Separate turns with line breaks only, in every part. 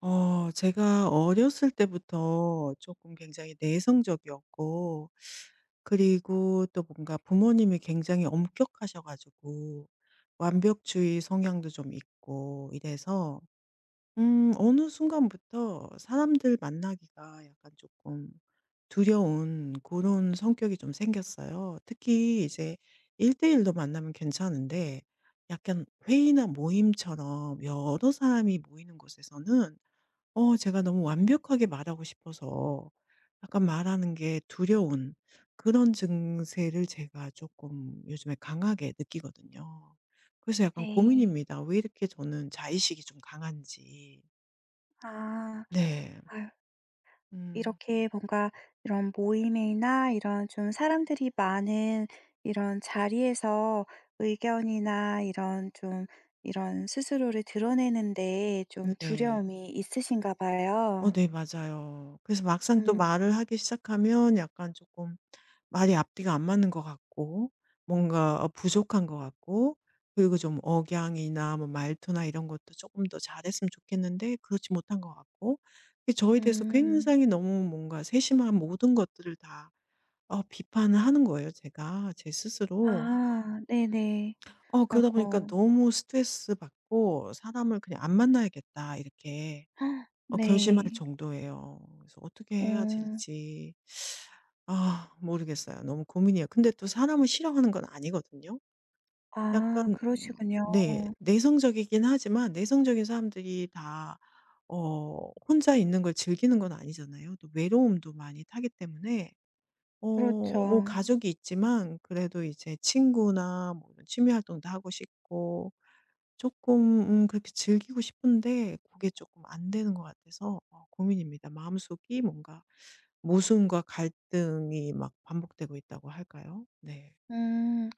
제가 어렸을 때부터 조금 굉장히 내성적이었고, 그리고 또 뭔가 부모님이 굉장히 엄격하셔 가지고 완벽주의 성향도 좀 있고 이래서 어느 순간부터 사람들 만나기가 약간 조금 두려운 그런 성격이 좀 생겼어요. 특히 이제 1대1로 만나면 괜찮은데 약간 회의나 모임처럼 여러 사람이 모이는 곳에서는 제가 너무 완벽하게 말하고 싶어서 약간 말하는 게 두려운 그런 증세를 제가 조금 요즘에 강하게 느끼거든요. 그래서 약간
네.
고민입니다. 왜 이렇게 저는 자의식이 좀 강한지.
아.
네.
아유,
음
이렇게 뭔가 이런 모임이나 이런 좀 사람들이 많은 이런 자리에서 의견이나 이런 좀 이런 스스로를 드러내는 데 좀
네.
두려움이 있으신가 봐요.
네, 맞아요. 그래서 막상 또
음.
말을 하기 시작하면 약간 조금 말이 앞뒤가 안 맞는 것 같고, 뭔가 부족한 것 같고, 그리고 좀 억양이나 뭐 말투나 이런 것도 조금 더 잘했으면 좋겠는데 그렇지 못한 것 같고, 이 저에 대해서
음.
굉장히 너무 뭔가 세심한 모든 것들을 다 비판을 하는 거예요, 제가, 제 스스로.
아, 네네.
그러다 보니까
아이고.
너무 스트레스받고 '사람을 그냥 안 만나야겠다.' 이렇게
헉,
결심할
네.
정도예요. 그래서 어떻게
어.
해야 될지 모르겠어요. 너무 고민이에요. 근데 또 사람을 싫어하는 건 아니거든요. 약간
아,
음
그러시군요.
네, 내성적이긴 하지만 내성적인 사람들이 다 혼자 있는 걸 즐기는 건 아니잖아요. 또 외로움도 많이 타기 때문에 어 뭐
그렇죠.
가족이 있지만 그래도 이제 친구나 뭐 이런 취미 활동도 하고 싶고, 조금 그렇게 즐기고 싶은데 그게 조금 안 되는 것 같아서 고민입니다. 마음속이 뭔가 모순과 갈등이 막 반복되고 있다고 할까요? 네.
음.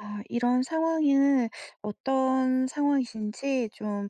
아, 이런 상황은 어떤 상황이신지 좀,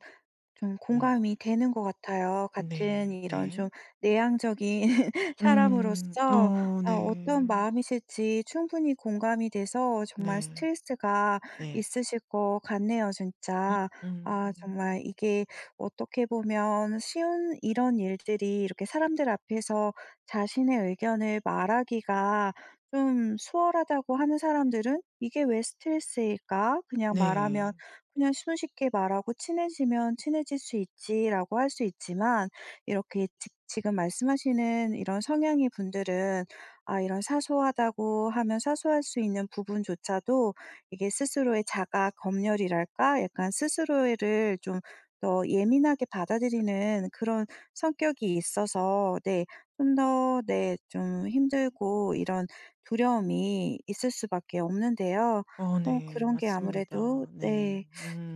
좀
음.
공감이 되는 것 같아요. 같은
네.
이런
네.
좀 내향적인
음.
사람으로서 아 어떤
네.
마음이실지 충분히 공감이 돼서 정말
네.
스트레스가
네.
있으실 것 같네요, 진짜. 아
음음.
정말 이게 어떻게 보면 쉬운 이런 일들이, 이렇게 사람들 앞에서 자신의 의견을 말하기가 좀 수월하다고 하는 사람들은 '이게 왜 스트레스일까? 그냥 말하면
네.
그냥 손쉽게 말하고 친해지면 친해질 수 있지'라고 할 수 있지만, 이렇게 지 지금 말씀하시는 이런 성향의 분들은 아 이런 사소하다고 하면 사소할 수 있는 부분조차도 이게 스스로의 자가 검열이랄까? 약간 스스로를 좀 더 예민하게 받아들이는 그런 성격이 있어서, 네, 좀 더, 네, 좀 힘들고 이런 두려움이 있을 수밖에 없는데요. 어
네,
그런 게 아무래도
맞습니다. 네.
네,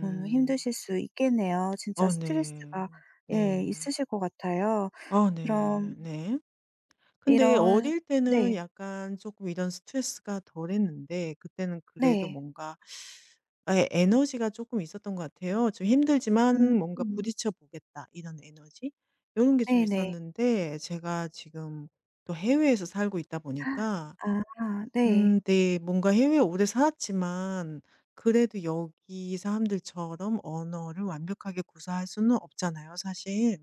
좀 힘드실 수 있겠네요. 진짜 스트레스가
네.
예
네.
있으실 것 같아요.
네.
그럼
네. 근데
이런
어릴 때는
네.
약간 조금 이런 스트레스가 덜했는데 그때는 그래도
네.
뭔가 에너지가 조금 있었던 것 같아요. 좀 힘들지만 뭔가
음.
'부딪혀 보겠다.' 이런 에너지? 이런 게 좀
네네.
있었는데 제가 지금 또 해외에서 살고 있다 보니까
아 네.
네, 뭔가 해외에 오래 살았지만 그래도 여기 사람들처럼 언어를 완벽하게 구사할 수는 없잖아요, 사실.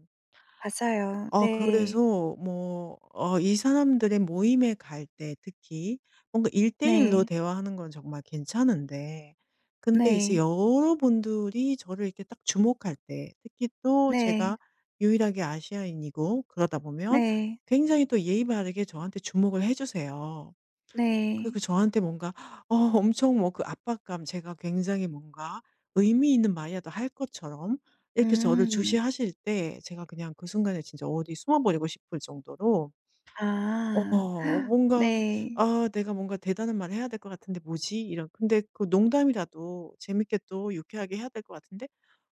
맞아요. 네.
그래서 뭐 이 사람들의 모임에 갈 때 특히 뭔가 1대1로
네.
대화하는 건 정말 괜찮은데, 근데 이제
네.
여러분들이 저를 이렇게 딱 주목할 때, 특히 또
네.
제가 유일하게 아시아인이고 그러다 보면
네.
굉장히 또 예의 바르게 저한테 주목을 해 주세요.
네.
그리고 저한테 뭔가 엄청 뭐 그 압박감, 제가 굉장히 뭔가 의미 있는 말이라도 할 것처럼 이렇게 저를
음.
주시하실 때 제가 그냥 그 순간에 진짜 어디 숨어 버리고 싶을 정도로
아.
뭔가
네.
'아 내가 뭔가 대단한 말을 해야 될 것 같은데 뭐지?' 이런, 근데 그 농담이라도 재밌게 또 유쾌하게 해야 될 것 같은데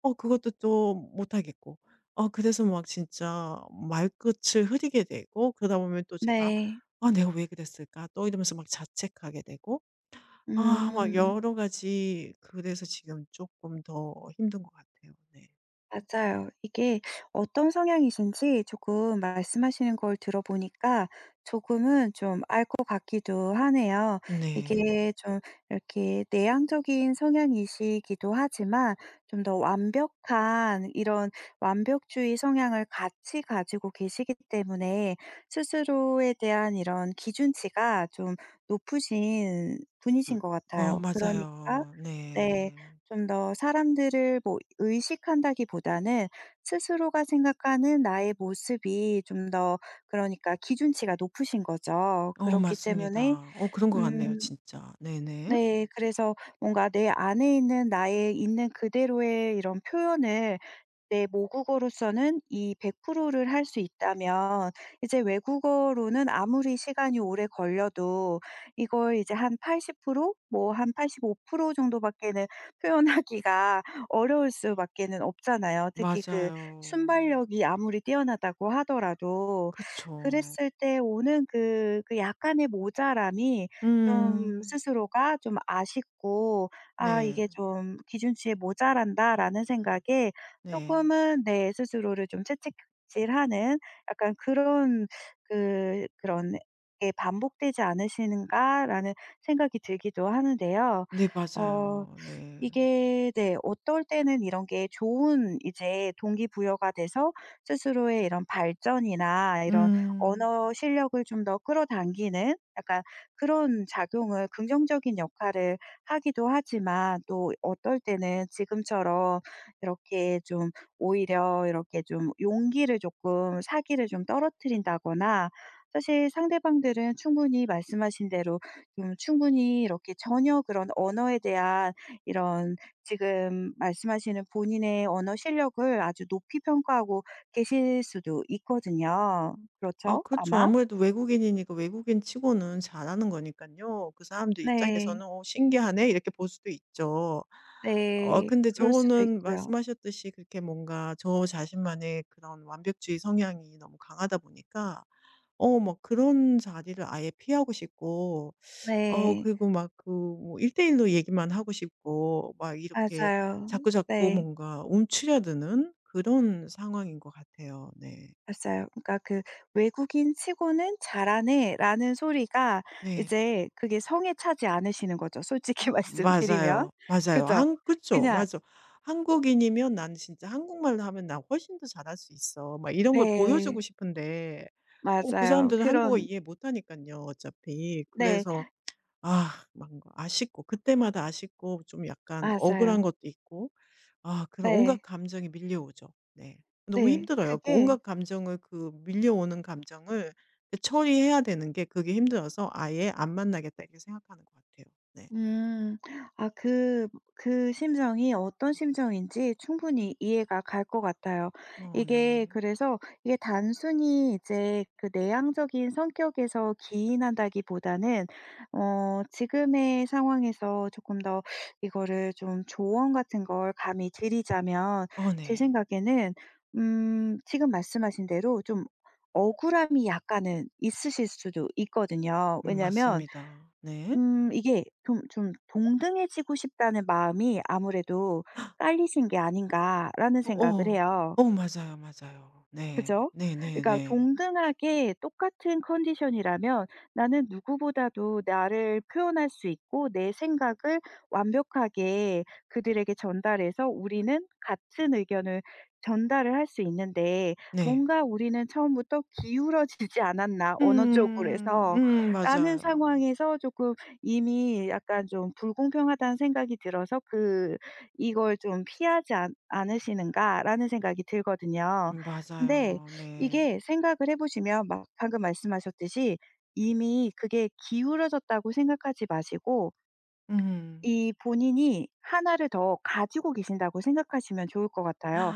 그것도 또 못하겠고, 그래서 막 진짜 말끝을 흐리게 되고, 그러다 보면 또 제가
네.
'아 내가 왜 그랬을까?' 또 이러면서 막 자책하게 되고, 아 막
음.
여러 가지, 그래서 지금 조금 더 힘든 것 같아요. 네.
맞아요. 이게 어떤 성향이신지 조금 말씀하시는 걸 들어보니까 조금은 좀 알 것 같기도 하네요.
네.
이게 좀, 이렇게 내향적인 성향이시기도 하지만 좀 더 완벽한 이런 완벽주의 성향을 같이 가지고 계시기 때문에 스스로에 대한 이런 기준치가 좀 높으신
음.
분이신 것 같아요. 그러니까
맞아요.
네,
네.
좀 더 사람들을 뭐 의식한다기보다는 스스로가 생각하는 나의 모습이 좀 더, 그러니까 기준치가 높으신 거죠. 그렇기 때문에
맞습니다. 그런 것 같네요,
음,
진짜. 네네.
네, 그래서 뭔가 내 안에 있는 나의 있는 그대로의 이런 표현을 내 모국어로서는 이 100%를 할 수 있다면 이제 외국어로는 아무리 시간이 오래 걸려도 이걸 이제 한 80%뭐 한 85% 정도밖에는 표현하기가 어려울 수밖에는 없잖아요. 특히 그
맞아요.
순발력이 아무리 뛰어나다고 하더라도
그쵸.
그랬을 때 오는 그 약간의 모자람이 좀
음.
스스로가 좀 아쉽고 '아
네.
이게 좀 기준치에 모자란다.'라는 생각에 조
네.
금은 내 스스로를 좀 채찍질하는 약간 그런, 그런 게 '반복되지 않으시는가.'라는 생각이 들기도 하는데요.
네
어
맞아요. 네.
이게 네 어떨 때는 이런 게 좋은 이제 동기부여가 돼서 스스로의 이런 발전이나 이런
음.
언어 실력을 좀 더 끌어당기는 약간 그런 작용을, 긍정적인 역할을 하기도 하지만 또 어떨 때는 지금처럼 이렇게 좀 오히려 이렇게 좀 용기를 조금, 사기를 좀 떨어뜨린다거나, 사실 상대방들은 충분히, 말씀하신 대로, 좀 충분히 이렇게 전혀 그런 언어에 대한 이런, 지금 말씀하시는 본인의 언어 실력을 아주 높이 평가하고 계실 수도 있거든요.
아
그렇죠?
그쵸.
아마?
아무래도 외국인이니까, 외국인 치고는 잘하는 거니까요. 그 사람들 입장에서는
네.
'어 신기하네.' 이렇게 볼 수도 있죠.
네,
근데
그럴 수도
저는
있고요.
말씀하셨듯이 그렇게 뭔가 저 자신만의 그런 완벽주의 성향이 너무 강하다 보니까 막 그런 자리를 아예 피하고 싶고,
네.
그리고 막 그뭐대일로 얘기만 하고 싶고 막 이렇게
맞아요.
자꾸자꾸
네.
뭔가 움츠려드는 그런 상황인 것 같아요. 네.
봤어요. 그러니까 그 "외국인 치고는 잘하네."라는 소리가
네.
이제 그게 성에 차지 않으시는 거죠, 솔직히 말씀드리면.
맞아요, 맞아요.
그죠?
한 그쵸.
그냥,
맞아. '한국인이면 나는 진짜, 한국말로 하면 나 훨씬 더 잘할 수 있어.' 막 이런 걸
네.
보여주고 싶은데. 그
맞아요.
사람들은 한국어
그런,
이해 못하니까요, 어차피.
네.
그래서 아 뭔가 아쉽고, 그때마다 아쉽고, 좀 약간 억울한
맞아요.
것도 있고, 아 그런 온갖
네.
감정이 밀려오죠. 네. 너무
네.
힘들어요. 그
그게
온갖 감정을, 그 밀려오는 감정을, 그 처리해야 되는 게, 그게 힘들어서 '아예 안 만나겠다.' 이렇게 생각하는 것 같아요. 네.
음. 아 그 심정이 어떤 심정인지 충분히 이해가 갈 것 같아요. 이게
네.
그래서 이게 단순히 이제 그 내향적인 성격에서 기인한다기보다는 어 지금의 상황에서 조금 더 이거를 좀, 조언 같은 걸 감히 드리자면 제
네.
생각에는 지금 말씀하신 대로 좀 억울함이 약간은 있으실 수도 있거든요. 왜냐면
맞습니다. 네.
이게 좀 '동등해지고 싶다.'는 마음이 아무래도 깔리신 게 아닌가.'라는
어어.
생각을 해요.
맞아요, 맞아요. 네.
그죠?
네네네. 네.
그러니까
네.
동등하게 똑같은 컨디션이라면 나는 누구보다도 나를 표현할 수 있고 내 생각을 완벽하게 그들에게 전달해서 우리는 같은 의견을 전달을 할 수 있는데
네.
뭔가 '우리는 처음부터 기울어지지 않았나 어느 쪽으로
음.
해서.' 라는
맞아요.
상황에서 조금 이미 약간 좀 '불공평하다는 생각이 들어서 그 이걸 좀 피하지 않 않으시는가.'라는 생각이 들거든요. 근데
맞아요. 네.
이게 생각을 해 보시면 막 방금 말씀하셨듯이 이미 그게 기울어졌다고 생각하지 마시고
음.
이 본인이 하나를 더 가지고 계신다고 생각하시면 좋을 것 같아요.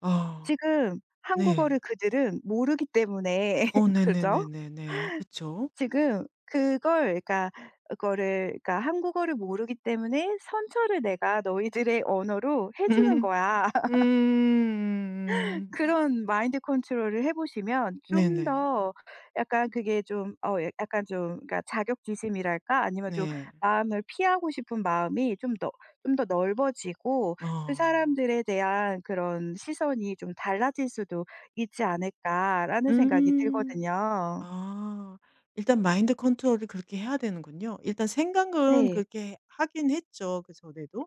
아
지금 한국어를
네.
그들은 모르기 때문에 그죠?
네네네네네. 그쵸.
지금 그걸 그러니까 그거를, 그러니까 한국어를 모르기 때문에 선처를 내가 너희들의 언어로 해 주는
음.
거야.
음,
그런 마인드 컨트롤을 해 보시면 좀
네네.
더 약간 그게 좀 어 예, 약간 좀 그러니까 자격지심이랄까 아니면 좀
네.
마음을 피하고 싶은 마음이 좀 더, 좀 더 넓어지고 그
어.
사람들에 대한 그런 시선이 좀 달라질 수도 있지 않을까라는 생각이
음.
들거든요.
아. 일단 마인드 컨트롤을 그렇게 해야 되는군요. 일단 생각은
네.
그렇게 하긴 했죠, 그전에도.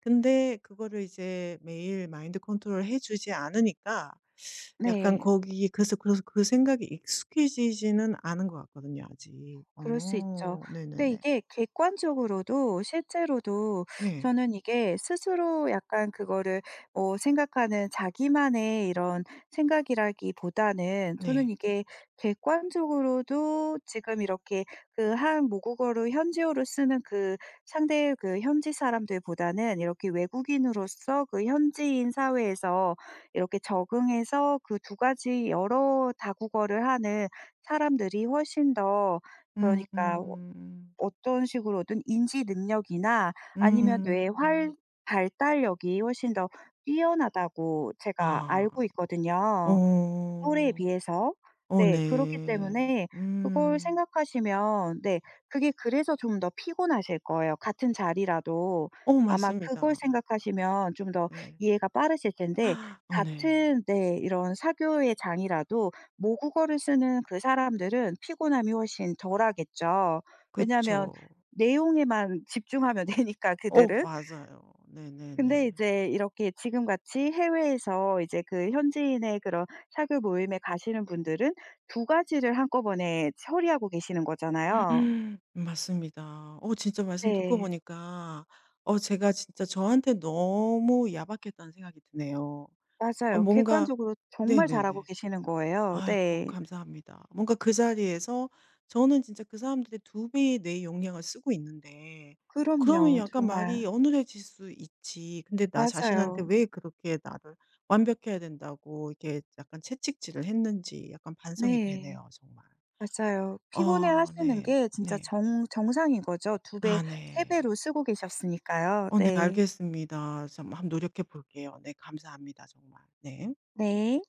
근데 그거를 이제 매일 마인드 컨트롤 해 주지 않으니까 약간
네.
거기 그래서 그 생각이 익숙해지지는 않은 것 같거든요, 아직.
그럴 수 있죠. 근데
네네네.
이게 객관적으로도 실제로도
네.
저는 이게 스스로 약간 그거를 뭐 생각하는 자기만의 이런 생각이라기보다는, 저는
네.
이게 객관적으로도 지금 이렇게 그 한 모국어로, 현지어로 쓰는 그 상대의 그 현지 사람들보다는 이렇게 외국인으로서 그 현지인 사회에서 이렇게 적응해서 그 두 가지 여러 다국어를 하는 사람들이 훨씬 더, 그러니까
음.
어떤 식으로든 인지 능력이나 아니면
음.
뇌의 활 발달력이 훨씬 더 뛰어나다고 제가
아.
알고 있거든요, 그 또래에
어.
비해서. 네. 그렇기
네.
때문에 그걸
음.
생각하시면 네 그게 그래서 좀 더 피곤하실 거예요, 같은 자리라도. 아마 그걸
맞습니다.
생각하시면 좀 더
네.
이해가 빠르실 텐데
아 어, 네.
같은 네 이런 사교의 장이라도 모국어를 쓰는 그 사람들은 피곤함이 훨씬 덜하겠죠. 왜냐하면
그쵸.
내용에만 집중하면 되니까 그들은.
맞아요.
근데
네네네.
이제 이렇게 지금 같이 해외에서 이제 그 현지인의 그런 사교 모임에 가시는 분들은 두 가지를 한꺼번에 처리하고 계시는 거잖아요.
맞습니다. 진짜 말씀 듣고
네.
보니까 제가 진짜 저한테 너무 야박했다는 생각이 드네요.
맞아요.
뭔가
객관적으로 정말 잘하고
네네네.
계시는 거예요.
아이고
네.
감사합니다. 뭔가 그 자리에서 저는 진짜 그 사람들의 2배의 뇌 용량을 쓰고 있는데, 그러면
그럼요.
약간 말이
정말.
어눌해질 수 있지. 근데 나 자신한테
맞아요.
왜 그렇게 나를 완벽해야 된다고 이렇게 약간 채찍질을 했는지, 약간 반성이
네.
되네요, 정말.
맞아요. 피곤해하시는
네.
게 진짜
네.
정 정상인 거죠. 두 배,
아
세
네.
배로 쓰고 계셨으니까요.
네
네.
알겠습니다. 좀 한번 노력해 볼게요. 네 감사합니다, 정말. 네.
네.